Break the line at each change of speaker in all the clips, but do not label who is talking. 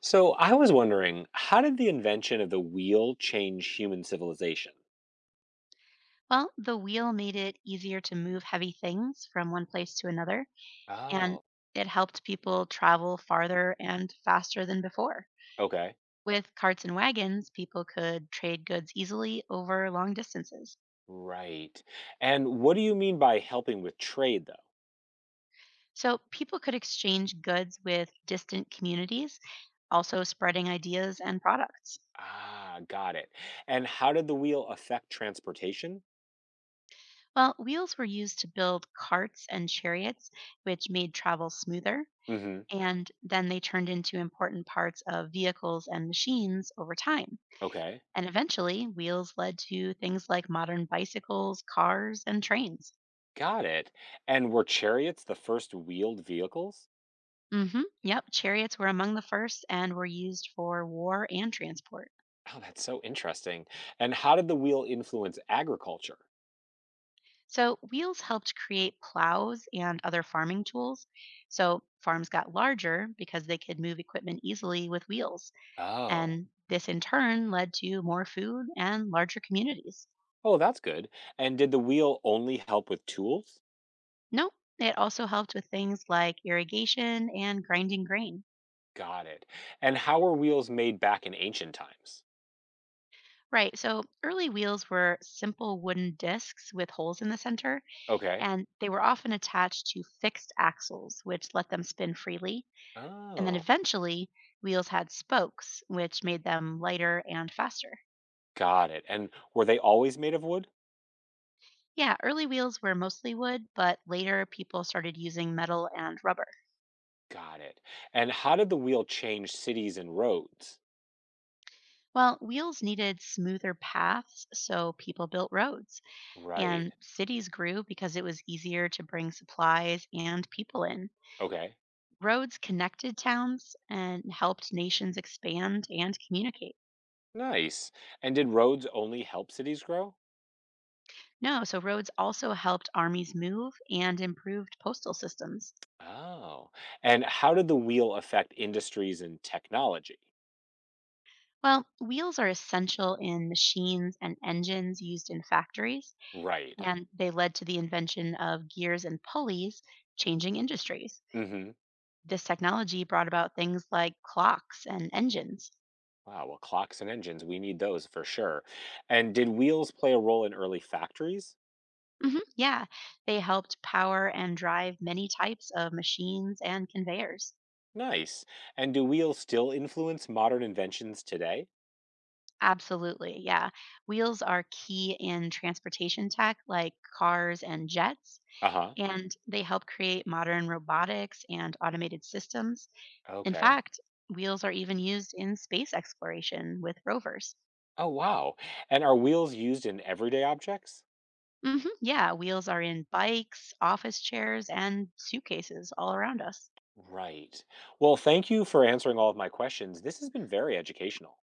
So I was wondering, how did the invention of the wheel change human civilization?
Well, the wheel made it easier to move heavy things from one place to another, and
Oh.
it helped people travel farther and faster than before.
Okay,
With carts and wagons, people could trade goods easily over long distances.
right. And what do you mean by helping with trade, though?
So people could exchange goods with distant communities, also spreading ideas and products.
Ah, got it. And how did the wheel affect transportation?
Well, wheels were used to build carts and chariots, which made travel smoother,
Mm-hmm.
and then they turned into important parts of vehicles and machines over time.
Okay,
And eventually, wheels led to things like modern bicycles, cars, and trains.
got it. And were chariots the first wheeled vehicles?
Yep, chariots were among the first and were used for war and transport.
Oh, that's so interesting. And how did the wheel influence agriculture?
So, wheels helped create plows and other farming tools. So, farms got larger because they could move equipment easily with wheels.
Oh,
And this in turn led to more food and larger communities.
oh, that's good. And did the wheel only help with tools?
Nope, it also helped with things like irrigation and grinding grain.
Got it. And how were wheels made back in ancient times?
Right. So early wheels were simple wooden discs with holes in the center,
Okay.
and they were often attached to fixed axles, which let them spin freely. And then
Oh,
eventually, wheels had spokes, which made them lighter and faster.
got it. And were they always made of wood?
Yeah, early wheels were mostly wood, but later people started using metal and rubber.
Got it. And how did the wheel change cities and roads?
Well, wheels needed smoother paths, so people built roads,
Right.
and cities grew because it was easier to bring supplies and people in.
Okay.
Roads connected towns and helped nations expand and communicate.
Nice. And did roads only help cities grow?
No, so roads also helped armies move and improved postal systems.
Oh. And how did the wheel affect industries and technology?
Well, wheels are essential in machines and engines used in factories,
Right.
and they led to the invention of gears and pulleys, changing industries.
Mm-hmm.
This technology brought about things like clocks and engines.
Wow. Well, clocks and engines, we need those for sure. And did wheels play a role in early factories?
Yeah, they helped power and drive many types of machines and conveyors.
Nice. And do wheels still influence modern inventions today?
Absolutely, yeah. Wheels are key in transportation tech like cars and jets,
Uh huh.
and they help create modern robotics and automated systems. In
Okay.
fact, wheels are even used in space exploration with rovers.
Oh, wow. And are wheels used in everyday objects?
Yeah, wheels are in bikes, office chairs, and suitcases all around us.
Right. Well, thank you for answering all of my questions. This has been very educational.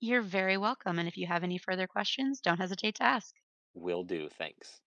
You're very welcome. And if you have any further questions, don't hesitate to ask.
Will do. Thanks.